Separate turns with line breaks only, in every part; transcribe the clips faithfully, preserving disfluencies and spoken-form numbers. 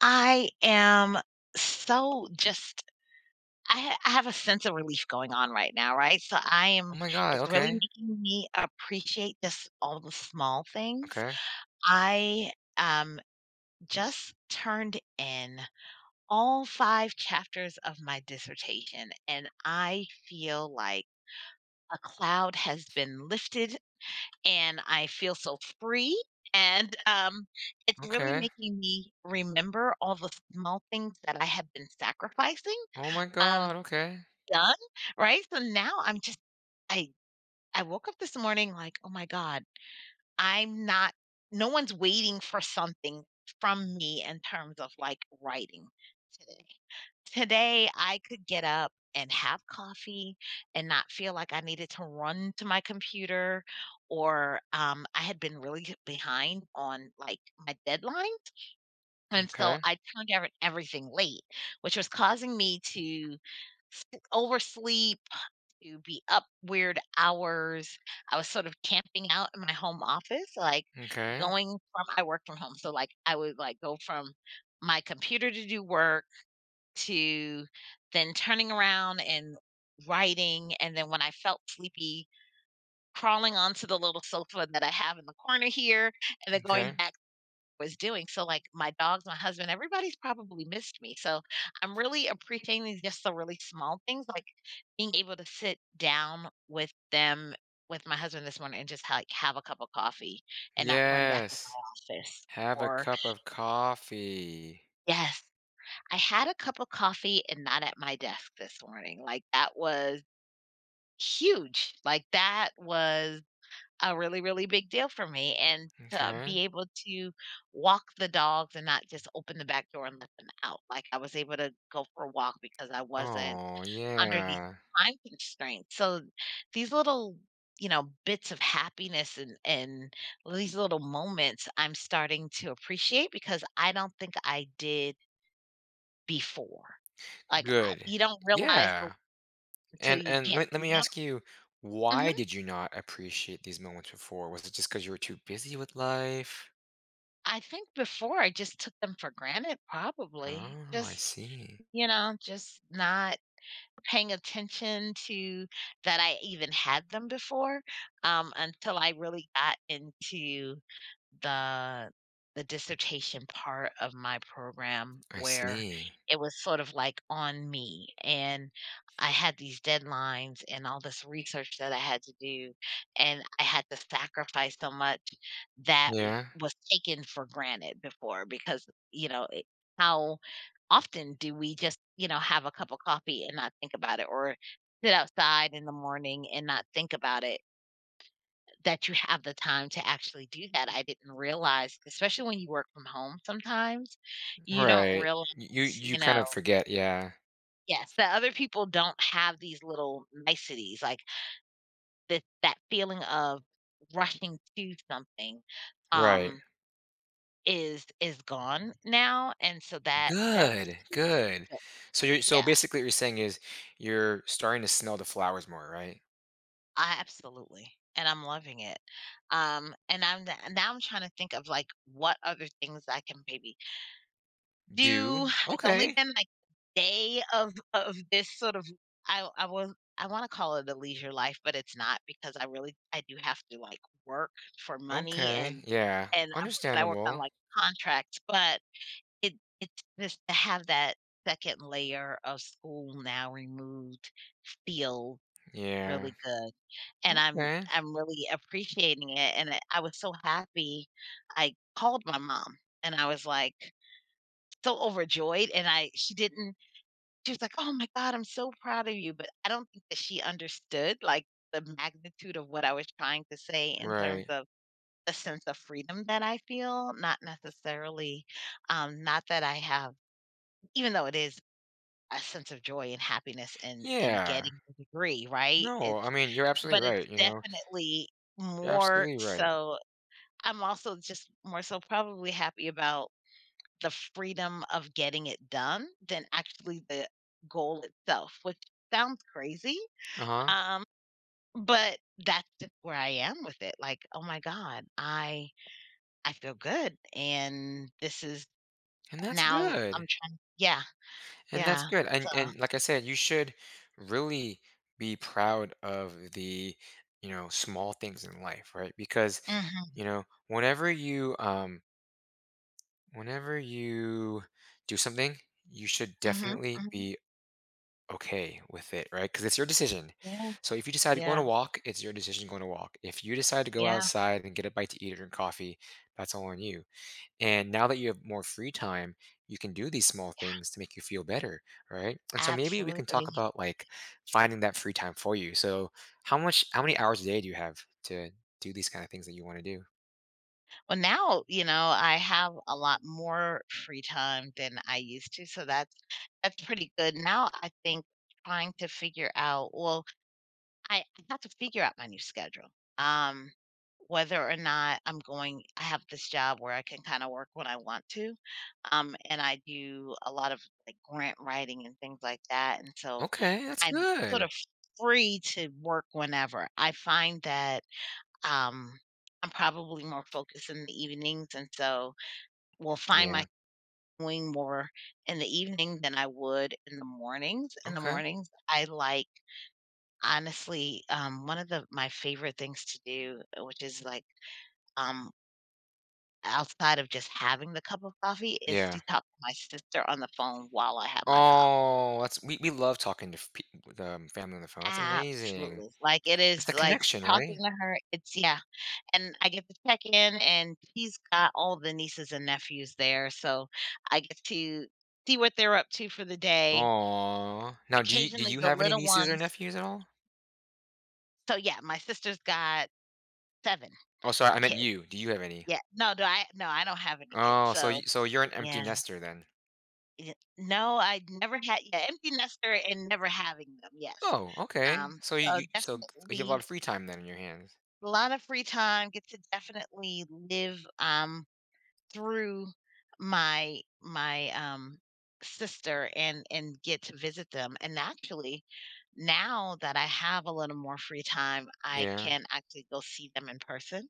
I am so just I ha I have a sense of relief going on right now, right? So I
Oh
am
my god,
It's really
okay.
making me appreciate just all the small things.
Okay.
I, um, just turned in all five chapters of my dissertation, and I feel like a cloud has been lifted and I feel so free, and um, it's really
Okay.
making me remember all the small things that I have been sacrificing,
Oh my
um,
god, okay.
done, right? So now I'm just I I woke up this morning like, "Oh my god, I'm not no one's waiting for something from me in terms of, like, writing today." Today, I could get up and have coffee and not feel like I needed to run to my computer, or um, I had been really behind on, like, my deadlines. And so
Okay.
I turned every- everything late, which was causing me to s- oversleep, to be up weird hours. I was sort of camping out in my home office, like
Okay.
going from I work from home. So, like, I would, like, go from my computer to do work, to then turning around and writing. And then when I felt sleepy, crawling onto the little sofa that I have in the corner here, and then going
Okay.
back to what I was doing. So, like, my dogs, my husband, everybody's probably missed me. So I'm really appreciating just the really small things, like being able to sit down with them, with my husband this morning, and just, like, have a cup of coffee and not run back to
Yes.
my office.
Have a
Or
cup of coffee.
yes, I had a cup of coffee and not at my desk this morning. Like, that was huge. Like, that was a really, really big deal for me. And to
Okay.
be able to walk the dogs and not just open the back door and let them out. Like, I was able to go for a walk because I wasn't
Oh,
under these
yeah.
time constraints. So these little you know bits of happiness and and these little moments I'm starting to appreciate because I don't think I did before. Like, I
Good.
you don't realize the
Yeah.
until
And
you
and
can't
let, let
do
me
them.
ask you, why
Mhm.
did you not appreciate these moments before? Was it just because you were too busy with life?
I think before I just took them for granted probably.
Oh, I
Just,
see.
you know, just not paying attention to that I even had them before, um, until I really got into the the dissertation part of my program
I
where
see.
it was sort of like on me, and I had these deadlines and all this research that I had to do, and I had to sacrifice so much that
Yeah.
was taken for granted before because, you know, it, how often do we just, you know, have a cup of coffee and not think about it, or sit outside in the morning and not think about it, that you have the time to actually do that. I didn't realize, especially when you work from home sometimes, you don't
Right.
realize,
You you
you
kind
know,
of forget, yeah.
yes, that other people don't have these little niceties, like that that feeling of rushing to something
Right.
um is is gone now. And so that that just
Good,
feels
good.
good.
So you're so
Yeah.
basically what you're saying is you're starting to smell the flowers more, right?
I absolutely, and I'm loving it. Um, and I'm the now I'm trying to think of, like, what other things I can maybe
Do?
do. It's only
Okay.
been, like, a day of of this sort of I I was I wanna call it a leisure life, but it's not because I really I do have to, like, work for money,
Okay.
and
Yeah.
and I but I work on,
Understandable.
like, contracts, but it it's just to have that second layer of school now removed feel
Yeah.
really good. And I'm
Okay.
I'm really appreciating it, and I I was so happy. I called my mom, and I was, like, so overjoyed, and I she didn't she was like, "Oh my god, I'm so proud of you," but I don't think that she understood, like, the magnitude of what I was trying to say in terms
Right.
of a sense of freedom that I feel, not necessarily, um, not that I have, even though it is a sense of joy and happiness in in
Yeah.
getting the degree, right?
No, I
It's
mean, you're absolutely
but it's
right, you know.
definitely
You're
more
absolutely right.
so. I'm also just more so probably happy about the freedom of getting it done than actually the goal itself, which sounds crazy.
Uh-huh.
Um, but that's just where I am with it. Like, oh my God, I I feel good. And this is
And that's
now
good.
I'm trying, yeah,
And that's
yeah.
good.
So.
And and like I said, you should really be proud of the, you know, small things in life, right? Because,
Mhm.
you know, whenever you um whenever you do something, you should
Mhm.
definitely
Mhm.
be okay with it, right? Because it's your decision.
Yeah.
So if you decide to go on
Yeah,
a walk, it's your decision going to walk. If you decide to go
yeah,
outside and get a bite to eat or drink coffee, that's all on you. And now that you have more free time, you can do these small
yeah,
things to make you feel better, right? And so maybe we can talk
absolutely.
about like finding that free time for you. So how much how many hours a day do you have to do these kind of things that you want to do?
Well, now, you know, I have a lot more free time than I used to, so that's that's pretty good. Now I think trying to figure out, well, I I have to figure out my new schedule. Um, whether or not I'm going, I have this job where I can kind of work when I want to. Um, and I do a lot of, like, grant writing and things like that. And so
Okay, that's
I'm sort
good.
of free to work whenever. I find that Um, I'm probably more focused in the evenings, and so will find my
Yeah.
doing more in the evening than I would in the mornings. In the
Okay.
mornings, I like honestly, um, one of the my favorite things to do, uh, which is, like, um outside of just having the cup of coffee, is
Yeah.
to talk to my sister on the phone while I have my coffee.
Oh, that's we we love talking to f pe with, um, family on the phone, that's amazing.
Absolutely. Like, it
It's
is,
the
like,
connection,
talking
right?
to her, it's, yeah, and I get to check in, and he's got all the nieces and nephews there, so I get to see what they're up to for the day.
Oh, now do you do
Occasionally,
you
the
have any
little
nieces or
ones,
nephews at all?
so, yeah, my sister's got seven
Oh, sorry, I meant
kids.
you. Do you have any?
Yeah. No, do I no, I don't have any kids,
Oh, so
so
you so you're an empty
yeah.
nester then.
Yeah. No, I never had, yeah, empty nester and never having them, yes.
Oh, okay.
Um,
So you
so
you so you have a lot of
definitely
free time then in your hands.
a lot of free time, get to definitely live, um through my my um sister, and and get to visit them, and actually now that I have a little more free time, I
Yeah.
can actually go see them in person,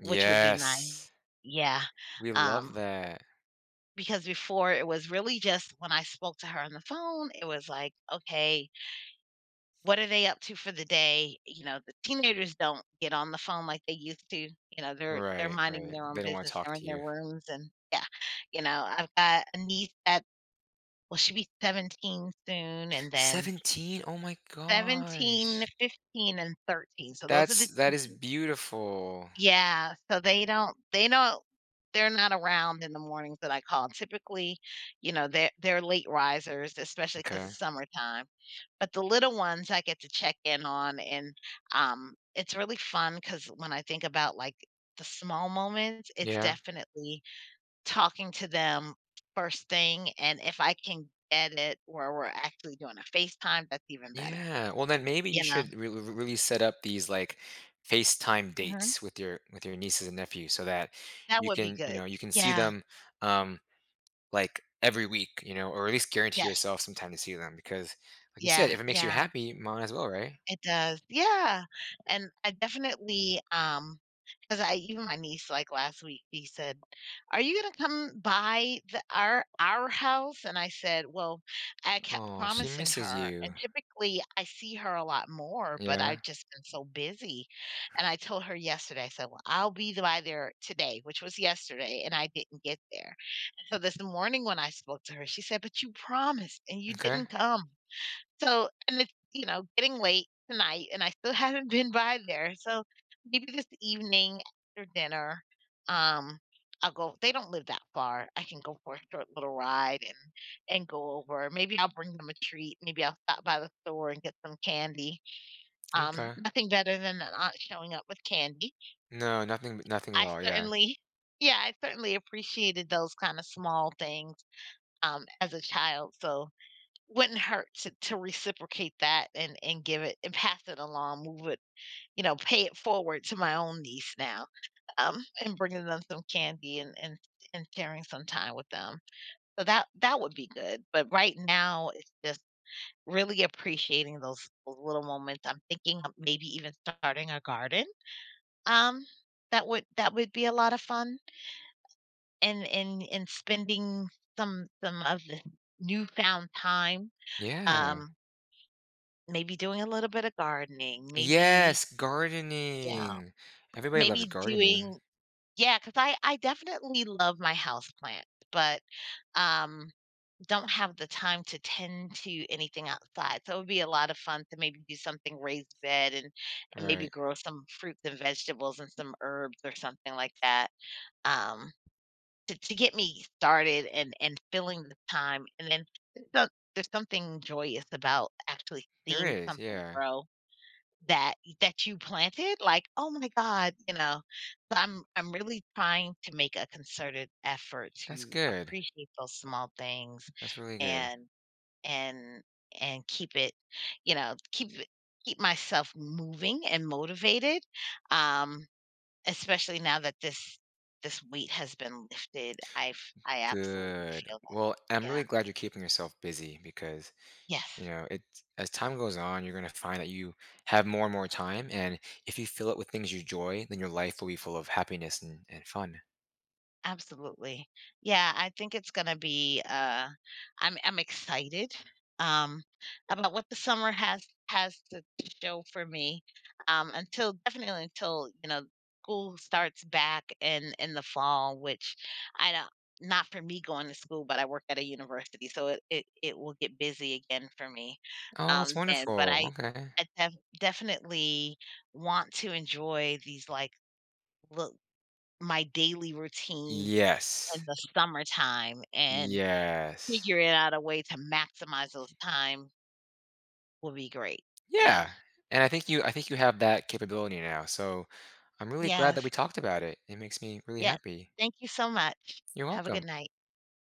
which would be nice, yeah.
We love
um
that.
because before, it was really just when I spoke to her on the phone, it was like, okay, what are they up to for the day? You know, the teenagers don't get on the phone like they used to, you know, they're they're
Right,
minding
right.
their own
They don't wanna
business,
talk
they're
to
in their
you.
rooms, and yeah. You know, I've got a niece that, well, she'll be seventeen soon, and then
seventeen? Oh my
seventeen,
gosh.
fifteen, and thirteen. So those are
That's
the
that is
teens.
beautiful.
Yeah, so they don't they don't they're not around in the mornings that I call. Typically, you know, they're they're late risers, especially 'cause
Okay.
it's summertime. But the little ones I get to check in on, and, um, it's really fun 'cause when I think about, like, the small moments, it's
Yeah.
definitely talking to them first thing, and if I can get it where we're actually doing a FaceTime, that's even better,
Yeah. Well, then maybe you
you know?
should re- re- really set up these like FaceTime
Mhm.
dates with your with your nieces and nephews so that
That
you
would be
can, you
good.
know, you can see
Yeah.
them um like every week, you know, or at least guarantee
Yes.
yourself some time to see them because like you said,
Yeah,
if it makes you
yeah.
happy, might as well, right?
It does, yeah, and I definitely, um, because I, even my niece, like, last week, she said, "Are you gonna come by the our our house?" And I said, "Well, I kept
Oh, she
promising
misses
her,
you.
and typically I see her a lot more, but
Yeah.
I've just been so busy." And I told her yesterday, I said, "Well, I'll be by there today," which was yesterday, and I didn't get there. And so this morning when I spoke to her, she said, "But you promised, and you
Okay.
didn't come." So, and it's, you know, getting late tonight, and I still haven't been by there, so maybe this evening after dinner, um, I'll go, they don't live that far, I can go for a short little ride and and go over. Maybe I'll bring them a treat, maybe I'll stop by the store and get some candy. Um,
Okay.
nothing better than an aunt showing up with candy.
No, nothing nothing at
I
all. Yeah.
certainly yeah, I certainly appreciated those kinda small things, um, as a child, so wouldn't hurt to to reciprocate that, and and give it, and pass it along, move it, you know, pay it forward to my own niece now, um, and bringing them some candy, and and and sharing some time with them. So that that would be good, but right now, it's just really appreciating those those little moments. I'm thinking of maybe even starting a garden, um, that would that would be a lot of fun, and and and spending some some of the newfound time,
Yeah.
um maybe doing a little bit of gardening, maybe,
Yes,
yeah,
gardening. Everybody loves
maybe
gardening.
doing, yeah. 'Cause I I definitely love my house houseplant, but, um, don't have the time to tend to anything outside, so it would be a lot of fun to maybe do something raised bed, and and maybe
Right.
grow some fruits and vegetables and some herbs or something like that, um, to to get me started, and and filling the time, and then there's some there's something joyous about actually
There
seeing
is.
something
Yeah.
grow That that you planted. Like, "Oh my god," you know? So I'm I'm really trying to make a concerted effort
That's
to
good.
appreciate those small things,
That's really good.
and and and keep it, you know, keep it keep myself moving and motivated, um, especially now that this this weight has been lifted. I've I absolutely
Good.
feel that.
Well, I'm
Yeah.
really glad you're keeping yourself busy because, you
Yes.
know, it as time goes on, you're going to find that you have more and more time. And if you fill it with things you enjoy, then your life will be full of happiness and, and fun.
Absolutely. Yeah, I think it's gonna be, uh I'm I'm excited, um, about what the summer has has to show for me, um, until definitely until, you know, school starts back in in the fall, which I don't, not for me going to school, but I work at a university, so it it it will get busy again for me,
Oh, that's
um, then, but
wonderful.
I
Okay.
I def definitely want to enjoy these, like, look, my daily routine
Yes.
in the summertime, and
Yes.
figuring out a way to maximize those time will be great. Yeah.
Yeah. And I think you I think you have that capability now. So I'm really glad that we
Yes.
talked about it. It makes me really
Yes.
happy.
Thank you so much.
You're
Have a
welcome.
good night.